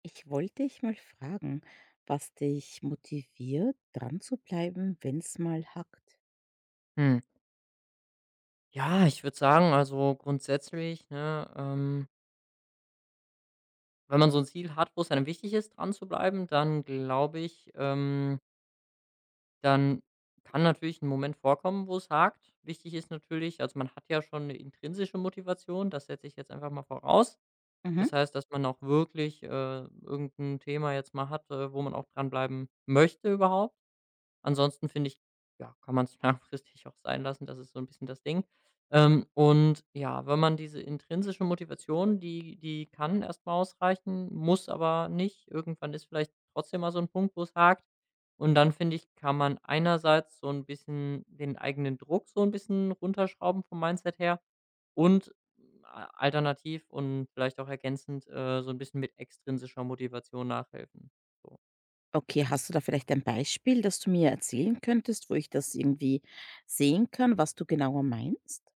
Ich wollte dich mal fragen, was dich motiviert, dran zu bleiben, wenn es mal hackt. Hm. Ja, ich würde sagen, also grundsätzlich, ne, wenn man so ein Ziel hat, wo es einem wichtig ist, dran zu bleiben, dann glaube ich, dann kann natürlich ein Moment vorkommen, wo es hakt. Wichtig ist natürlich also, man hat ja schon eine intrinsische Motivation, das setze ich jetzt einfach mal voraus. Mhm. Das heißt, dass man auch wirklich, irgend Thema jetzt mal hat, wo man auch dranbleiben möchte überhaupt. Ansonsten finde ich, ja, kann man es langfristig auch sein lassen. Das ist so ein bisschen das Ding. Und ja, wenn man diese intrinsische Motivation, die kann erst mal ausreichen, muss aber nicht. Irgendwann ist vielleicht trotzdem mal so ein Punkt, wo es hakt. Und dann, finde ich, kann man einerseits so ein bisschen den eigenen Druck so ein bisschen runterschrauben vom Mindset her und a alternativ und vielleicht auch ergänzend, so ein bisschen mit extrinsischer Motivation nachhelfen. So. Okay, hast du da vielleicht ein Beispiel, das du mir erzählen könntest, wo ich das irgendwie sehen kann, was du genauer meinst?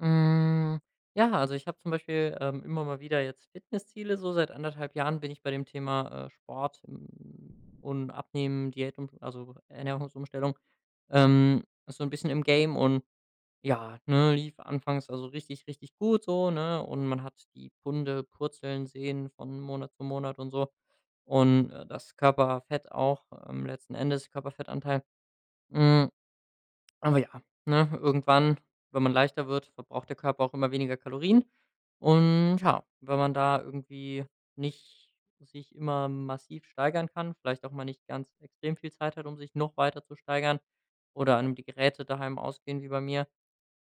Hm, ja, also ich habe zum Beispiel, immer mal wieder jetzt Fitnessziele, so seit 1,5 Jahren bin ich bei dem Thema, Sport, hm, und Abnehmen, Diät und also Ernährungsumstellung, so ein bisschen im Game. Und ja, ne, lief anfangs also richtig, richtig gut so, ne, und man hat die Punde purzeln sehen von Monat zu Monat und so und, das Körperfett auch, letzten Endes Körperfettanteil. Hm, aber ja, ne, irgendwann, wenn man leichter wird, verbraucht der Körper auch immer weniger Kalorien. Und ja, wenn man da irgendwie nicht sich immer massiv steigern kann, vielleicht auch mal nicht ganz extrem viel Zeit hat, um sich noch weiter zu steigern, oder einem die Geräte daheim ausgehen wie bei mir,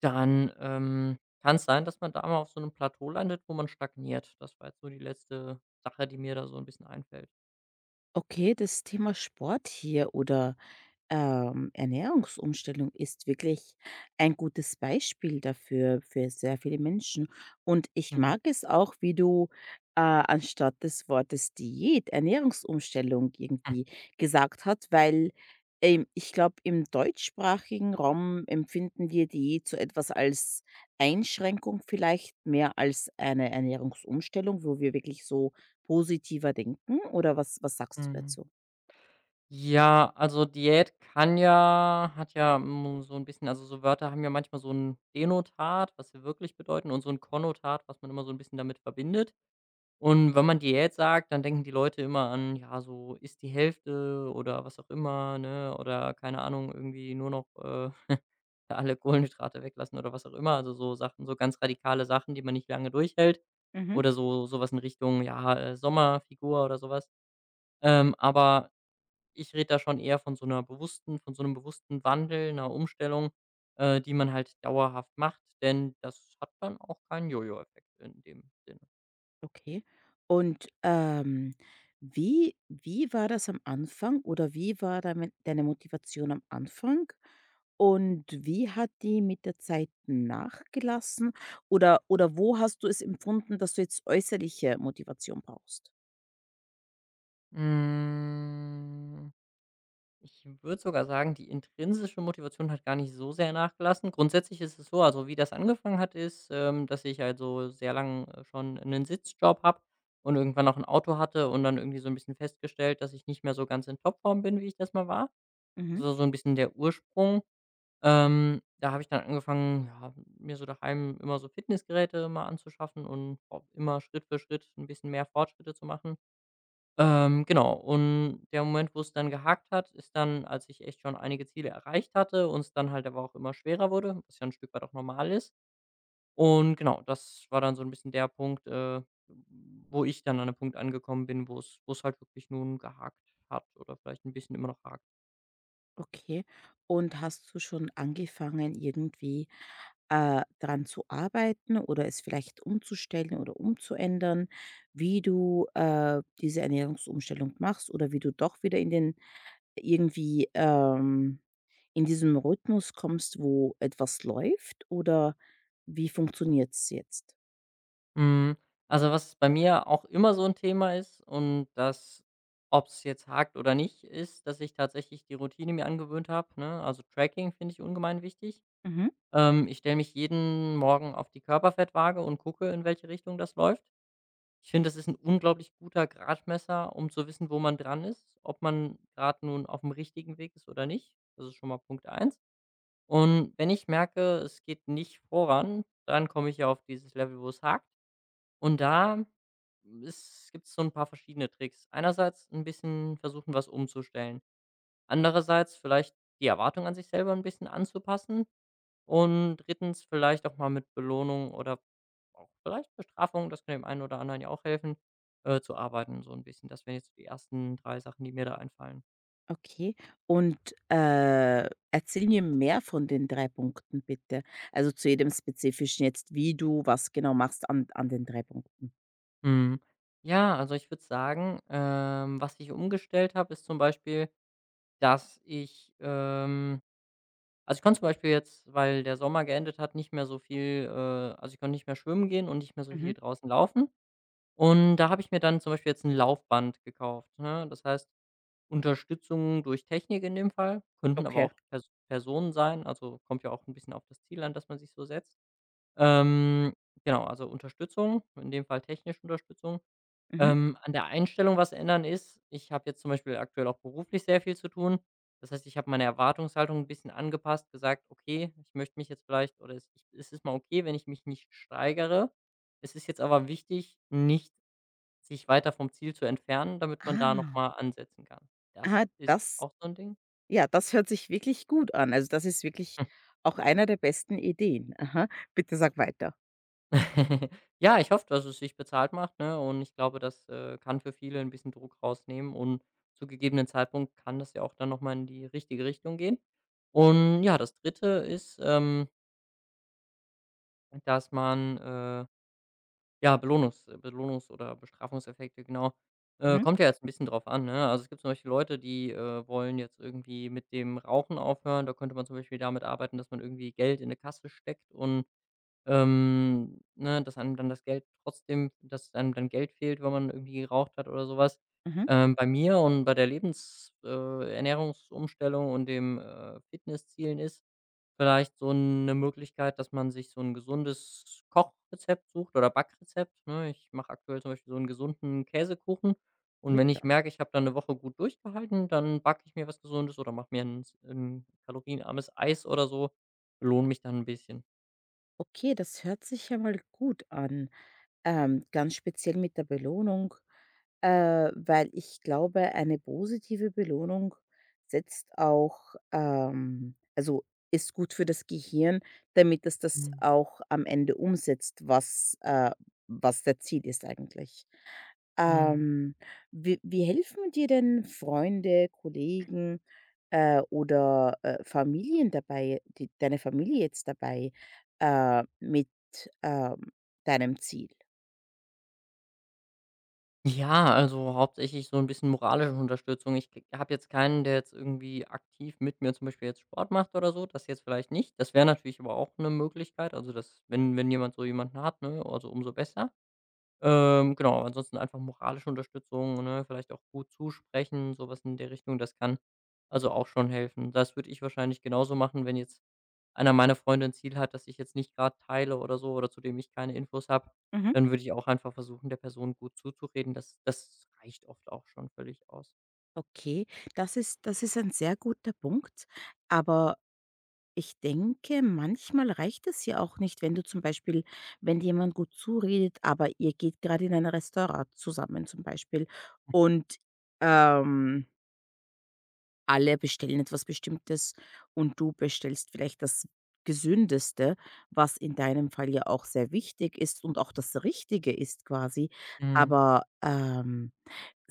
dann kann es sein, dass man da mal auf so einem Plateau landet, wo man stagniert. Das war jetzt so die letzte Sache, die mir da so ein bisschen einfällt. Okay, das Thema Sport hier oder Ernährungsumstellung ist wirklich ein gutes Beispiel dafür für sehr viele Menschen. Und ich Mhm. mag es auch, wie du, anstatt des Wortes Diät Ernährungsumstellung irgendwie gesagt hat, weil, ich glaube, im deutschsprachigen Raum empfinden wir Diät so etwas als Einschränkung vielleicht mehr als eine Ernährungsumstellung, wo wir wirklich so positiver denken, oder was sagst du Mhm. dazu? Ja, also Diät kann ja hat ja, hm, so ein bisschen also, so Wörter haben ja manchmal so ein Denotat, was sie wirklich bedeuten, und so ein Konnotat, was man immer so ein bisschen damit verbindet. Und wenn man Diät sagt, dann denken die Leute immer an, ja, so iss die Hälfte oder was auch immer, ne, oder keine Ahnung, irgendwie nur noch, alle Kohlenhydrate weglassen oder was auch immer. Also, so Sachen, so ganz radikale Sachen, die man nicht lange durchhält, Mhm. oder so sowas in Richtung, ja, Sommerfigur oder sowas. Aber ich rede da schon eher von so einer bewussten von so einem bewussten Wandel, einer Umstellung, die man halt dauerhaft macht, denn das hat dann auch keinen Jojo-Effekt in dem Sinne. Okay. Und, wie war das am Anfang oder wie war damit deine Motivation am Anfang? Und wie hat die mit der Zeit nachgelassen? Oder wo hast du es empfunden, dass du jetzt äußerliche Motivation brauchst? Hm, ich würde sogar sagen, die intrinsische Motivation hat gar nicht so sehr nachgelassen. Grundsätzlich ist es so, also, wie das angefangen hat, ist, dass ich also sehr lang, schon einen Sitzjob habe und irgendwann auch ein Auto hatte und dann irgendwie so ein bisschen festgestellt, dass ich nicht mehr so ganz in Topform bin, wie ich das mal war. Das war so ein bisschen der Ursprung. Da habe ich dann angefangen, ja, mir so daheim immer so Fitnessgeräte mal anzuschaffen und auch immer Schritt für Schritt ein bisschen mehr Fortschritte zu machen. Genau, und der Moment, wo es dann gehakt hat, ist dann, als ich echt schon einige Ziele erreicht hatte und es dann halt aber auch immer schwerer wurde, was ja ein Stück weit auch normal ist. Und genau, das war dann so ein bisschen der Punkt, wo ich dann an 'nem Punkt angekommen bin, wo es halt wirklich nun gehakt hat oder vielleicht ein bisschen immer noch hakt. Okay. Und hast du schon angefangen, irgendwie dran zu arbeiten oder es vielleicht umzustellen oder umzuändern, wie du diese Ernährungsumstellung machst oder wie du doch wieder in den irgendwie in diesem Rhythmus kommst, wo etwas läuft oder wie funktioniert es jetzt? Hm, also, was bei mir auch immer so ein Thema ist und das, ob es jetzt hakt oder nicht, ist, dass ich tatsächlich die Routine mir angewöhnt habe, ne? Also, Tracking finde ich ungemein wichtig. Mhm. Ich stelle mich jeden Morgen auf die Körperfettwaage und gucke, in welche Richtung das läuft. Ich finde, das ist ein unglaublich guter Gradmesser, um zu wissen, wo man dran ist, ob man gerade nun auf dem richtigen Weg ist oder nicht. Das ist schon mal Punkt eins. Und wenn ich merke, es geht nicht voran, dann komme ich ja auf dieses Level, wo es hakt. Und da gibt es so ein paar verschiedene Tricks. Einerseits ein bisschen versuchen, was umzustellen. Andererseits vielleicht die Erwartung an sich selber ein bisschen anzupassen. Und drittens vielleicht auch mal mit Belohnung oder auch vielleicht Bestrafung, das kann dem einen oder anderen ja auch helfen, zu arbeiten so ein bisschen. Das wären jetzt so die ersten 3 Sachen, die mir da einfallen. Okay. Und, erzähl mir mehr von den 3 Punkten bitte. Also, zu jedem Spezifischen jetzt, wie du was genau machst an den 3 Punkten. Mhm. Ja, also, ich würde sagen, was ich umgestellt habe, ist zum Beispiel, dass ich, ähm also, ich konnte zum Beispiel jetzt, weil der Sommer geendet hat, nicht mehr so viel, also, ich konnte nicht mehr schwimmen gehen und nicht mehr so viel Mhm. draußen laufen. Und da habe ich mir dann zum Beispiel jetzt ein Laufband gekauft, ne? Das heißt, Unterstützung durch Technik in dem Fall, könnten aber Okay. auch Personen sein, also, kommt ja auch ein bisschen auf das Ziel an, das man sich so setzt. Ähm, genau, also, Unterstützung, in dem Fall technische Unterstützung. Mhm. An der Einstellung was ändern ist, ich habe jetzt zum Beispiel aktuell auch beruflich sehr viel zu tun. Das heißt, ich habe meine Erwartungshaltung ein bisschen angepasst, gesagt: „Okay, ich möchte mich jetzt vielleicht oder es ich es ist mal okay, wenn ich mich nicht steigere. Es ist jetzt aber wichtig, nicht sich weiter vom Ziel zu entfernen, damit man da noch Ah. mal ansetzen kann.“ Das Ah, ist das auch so ein Ding. ja, das hört sich wirklich gut an. Also, das ist wirklich auch einer der besten Ideen. Aha. Bitte sag weiter. Ja, ich hoffe, dass es sich bezahlt macht, ne? Und ich glaube, das, kann für viele ein bisschen Druck rausnehmen, und zu gegebenen Zeitpunkt kann das ja auch dann noch mal in die richtige Richtung gehen. Und ja, das Dritte ist, dass man, äh ja, Belohnungs- oder Bestrafungseffekte, genau. Mhm. Kommt ja jetzt ein bisschen drauf an, ne? Also, es gibt zum Beispiel Leute, die, wollen jetzt irgendwie mit dem Rauchen aufhören. Da könnte man zum Beispiel damit arbeiten, dass man irgendwie Geld in 'ne Kasse steckt und ne, dass einem dann Geld fehlt, wenn man irgendwie geraucht hat oder sowas. Mhm. Bei mir und bei der Lebens Ernährungsumstellung und dem, Fitnesszielen ist vielleicht so eine Möglichkeit, dass man sich so ein gesundes Kochrezept sucht oder Backrezept, ne? Ich mache aktuell zum Beispiel so einen gesunden Käsekuchen, und wenn ich Lecker. merke, ich habe dann eine Woche gut durchgehalten, dann backe ich mir was Gesundes oder mache mir ein s kalorienarmes Eis oder so, belohne mich dann ein bisschen. Okay, das hört sich ja mal gut an. Ganz speziell mit der Belohnung, weil ich glaube, eine positive Belohnung setzt auch also ist gut für das Gehirn, damit es das Mhm, auch am Ende umsetzt, was was der Ziel ist eigentlich. mhm. Ähm, wie helfen dir denn Freunde, Kollegen, oder, Familien dabei die deine Familie jetzt dabei, mit, ähm, deinem Ziel? Ja, also hauptsächlich so ein bisschen moralische Unterstützung. Ich habe jetzt keinen, der jetzt irgendwie aktiv mit mir zum Beispiel jetzt Sport macht oder so, das jetzt vielleicht nicht. Das wäre natürlich aber auch eine Möglichkeit. Also, das wenn jemand so jemanden hat, ne, also umso besser. Genau, ansonsten einfach moralische Unterstützung, ne, vielleicht auch gut zusprechen, sowas in der Richtung, das kann also auch schon helfen. Das würde ich wahrscheinlich genauso machen, wenn jetzt einer meiner Freunde ein Ziel hat, das ich jetzt nicht gerade teile oder so oder zu dem ich keine Infos habe, Mhm. dann würde ich auch einfach versuchen, der Person gut zuzureden. Das reicht oft auch schon völlig aus. Okay, das ist ein sehr guter Punkt. Aber ich denke, manchmal reicht es ja auch nicht, wenn du zum Beispiel wenn dir jemand gut zuredet, aber ihr geht gerade in ein Restaurant zusammen zum Beispiel und, ähm, alle bestellen etwas Bestimmtes und du bestellst vielleicht das Gesündeste, was in deinem Fall ja auch sehr wichtig ist und auch das Richtige ist quasi. Mhm. Aber,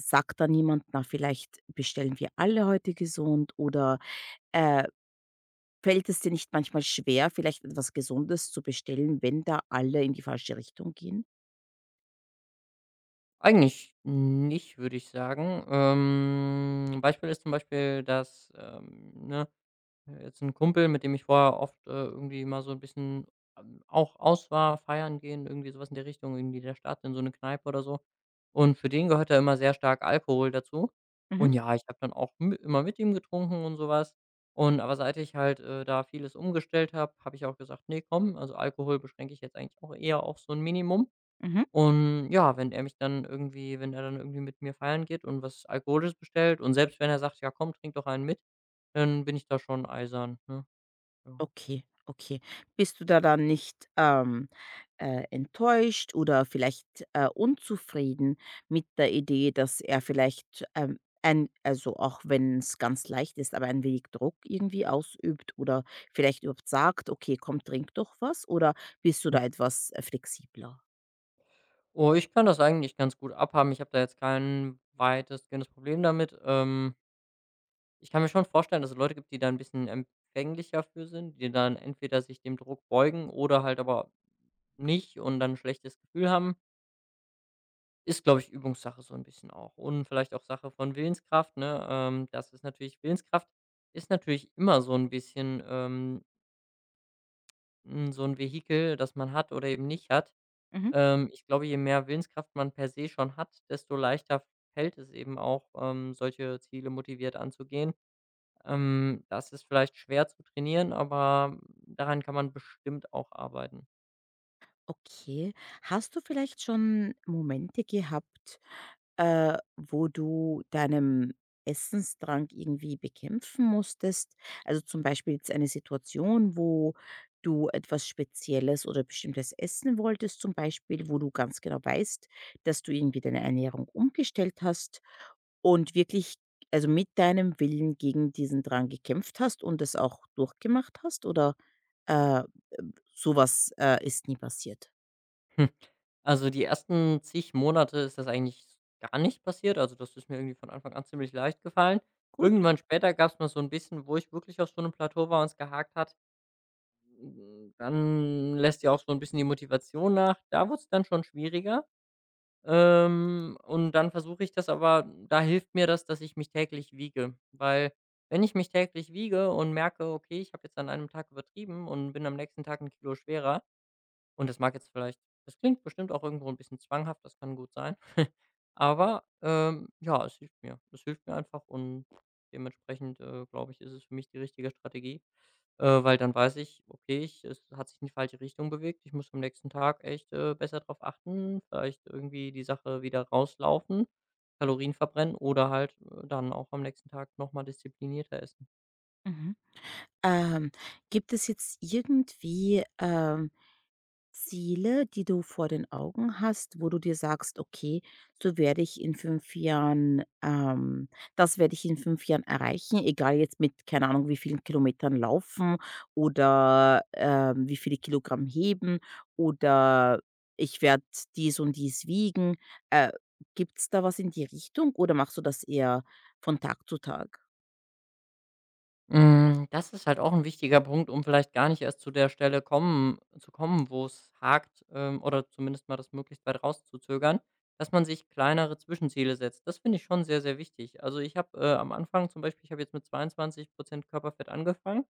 Sagt dann jemand: „Na, vielleicht bestellen wir alle heute gesund“ oder, äh, fällt es dir nicht manchmal schwer, vielleicht etwas Gesundes zu bestellen, wenn da alle in die falsche Richtung gehen? Eigentlich nicht, würde ich sagen. Ein Beispiel ist zum Beispiel, dass, jetzt ein Kumpel, mit dem ich vorher oft, irgendwie mal so ein bisschen, auch aus war, feiern gehen, irgendwie sowas in der Richtung, irgendwie in der Stadt, in so eine Kneipe oder so. Und für den gehört da immer sehr stark Alkohol dazu. Mhm, Und ja, ich habe dann auch mi immer mit ihm getrunken und sowas. Aber seit ich halt, da vieles umgestellt habe, habe ich auch gesagt: „Nee, komm, also Alkohol beschränke ich jetzt eigentlich auch eher auf so ein Minimum.“ mhm. Und ja, wenn er mich dann irgendwie wenn er dann irgendwie mit mir feiern geht und was Alkoholisches bestellt und selbst wenn er sagt: „Ja komm, trink doch einen mit“, dann bin ich da schon eisern, ne? Ja. Okay, okay. Bist du da dann nicht, enttäuscht oder vielleicht, unzufrieden mit der Idee, dass er vielleicht, ein also auch wenn es ganz leicht ist, aber ein wenig Druck irgendwie ausübt oder vielleicht überhaupt sagt: „Okay, komm, trink doch was“, oder bist du da etwas, flexibler? Oh, ich kann das eigentlich ganz gut abhaben. Ich habe da jetzt kein weitestgehendes Problem damit. Ich kann mir schon vorstellen, dass es Leute gibt, die da ein bisschen empfänglicher für sind, die dann entweder sich dem Druck beugen oder halt aber nicht und dann 'n schlechtes Gefühl haben. Ist, glaube ich, Übungssache so ein bisschen auch und vielleicht auch Sache von Willenskraft, ne? Das ist natürlich Willenskraft ist natürlich immer so ein bisschen, so ein Vehikel, das man hat oder eben nicht hat. Mhm. Ich glaube, je mehr Willenskraft man per se schon hat, desto leichter fällt es eben auch, solche Ziele motiviert anzugehen. Das ist vielleicht schwer zu trainieren, aber daran kann man bestimmt auch arbeiten. Okay. Hast du vielleicht schon Momente gehabt, wo du deinem Essensdrang irgendwie bekämpfen musstest? Also zum Beispiel jetzt eine Situation, wo du etwas Spezielles oder Bestimmtes essen wolltest, zum Beispiel, wo du ganz genau weißt, dass du irgendwie deine Ernährung umgestellt hast und wirklich, also mit deinem Willen gegen diesen Drang gekämpft hast und das auch durchgemacht hast? Oder äh, sowas ist nie passiert? Hm. Also, die ersten zig Monate ist das eigentlich gar nicht passiert. Also, das ist mir irgendwie von Anfang an ziemlich leicht gefallen. Gut. Irgendwann später gab es mal so ein bisschen, wo ich wirklich auf so einem Plateau war und es gehakt hat. Hm, dann lässt ja auch so ein bisschen die Motivation nach. Da wurd's dann schon schwieriger. Und dann versuche ich das, da hilft mir das, dass ich mich täglich wiege, weil wenn ich mich täglich wiege und merke: „Okay, ich habe jetzt an einem Tag übertrieben und bin am nächsten Tag ein Kilo schwerer“ und das mag jetzt vielleicht das klingt bestimmt auch irgendwo ein bisschen zwanghaft, das kann gut sein. Aber, ja, es hilft mir. Es hilft mir einfach, und dementsprechend, glaube ich, ist es für mich die richtige Strategie, weil dann weiß ich: „Okay, ich es hat sich in die falsche Richtung bewegt. Ich muss am nächsten Tag echt, besser drauf achten, vielleicht irgendwie die Sache wieder rauslaufen, Kalorien verbrennen oder halt, dann auch am nächsten Tag noch mal disziplinierter essen.“ Mhm. Ähm, gibt es jetzt irgendwie, Ziele, die du vor den Augen hast, wo du dir sagst: „Okay, so werde ich in 5 Jahren das werde ich in 5 Jahren erreichen“, egal jetzt mit, keine Ahnung, wie vielen Kilometern laufen oder, wie viele Kilogramm heben oder ich werde dies und dies wiegen. Äh, Gibt es da was in die Richtung oder machst du das eher von Tag zu Tag? Hm, das ist halt auch ein wichtiger Punkt, um vielleicht gar nicht erst zu kommen, wo es hakt, oder zumindest mal das möglichst weit rauszuzögern, dass man sich kleinere Zwischenziele setzt. Das finde ich schon sehr, sehr wichtig. Also, ich habe, am Anfang zum Beispiel, ich habe jetzt mit 22 Körperfett angefangen,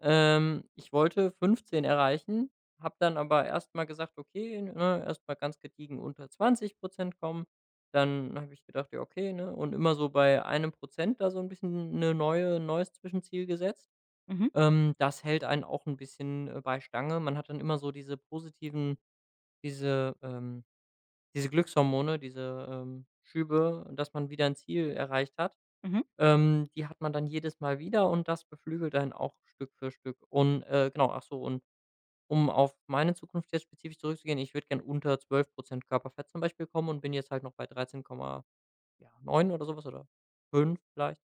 ich wollte 15 erreichen, habe dann aber erstmal gesagt: „Okay, ne, erst mal ganz gediegen unter 20 kommen.“ Dann habe ich gedacht: „Ja, okay, ne?“ Und immer so bei einem Prozent da so ein bisschen eine neue neues Zwischenziel gesetzt. Mhm, Das hält einen auch ein bisschen, bei Stange. Man hat dann immer so diese positiven diese, ähm diese Glückshormone, diese, Schübe, dass man wieder ein Ziel erreicht hat. mhm. Die hat man dann jedes Mal wieder und das beflügelt einen auch Stück für Stück. Und, genau, ach so, und um auf meine Zukunft jetzt spezifisch zurückzugehen, ich würde gern unter zwölf Prozent Körperfett zum Beispiel kommen und bin jetzt halt noch bei 13 Komma, ja, oder sowas, oder 5 vielleicht.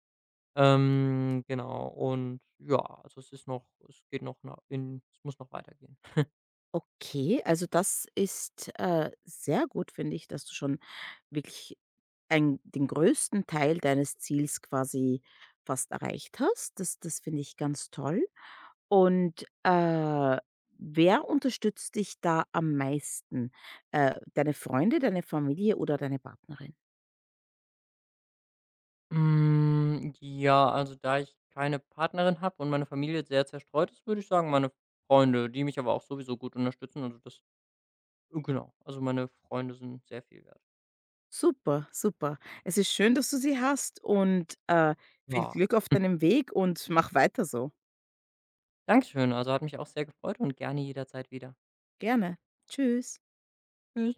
Genau, und ja, also es ist noch es geht noch na in es muss noch weitergehen. Okay, also das ist, sehr gut, finde ich, dass du schon wirklich ein den größten Teil deines Ziels quasi fast erreicht hast. Das finde ich ganz toll. Und, wer unterstützt dich da am meisten? Deine Freunde, deine Familie oder deine Partnerin? Hm, ja, also da ich keine Partnerin habe und meine Familie sehr zerstreut ist, würde ich sagen, meine Freunde, die mich aber auch sowieso gut unterstützen. Also das Genau, also meine Freunde sind sehr viel wert. Super, super. Es ist schön, dass du sie hast und, viel Ja. Glück auf deinem Weg und mach weiter so. Dankeschön, also hat mich auch sehr gefreut und gerne jederzeit wieder. Gerne. Tschüss. Tschüss.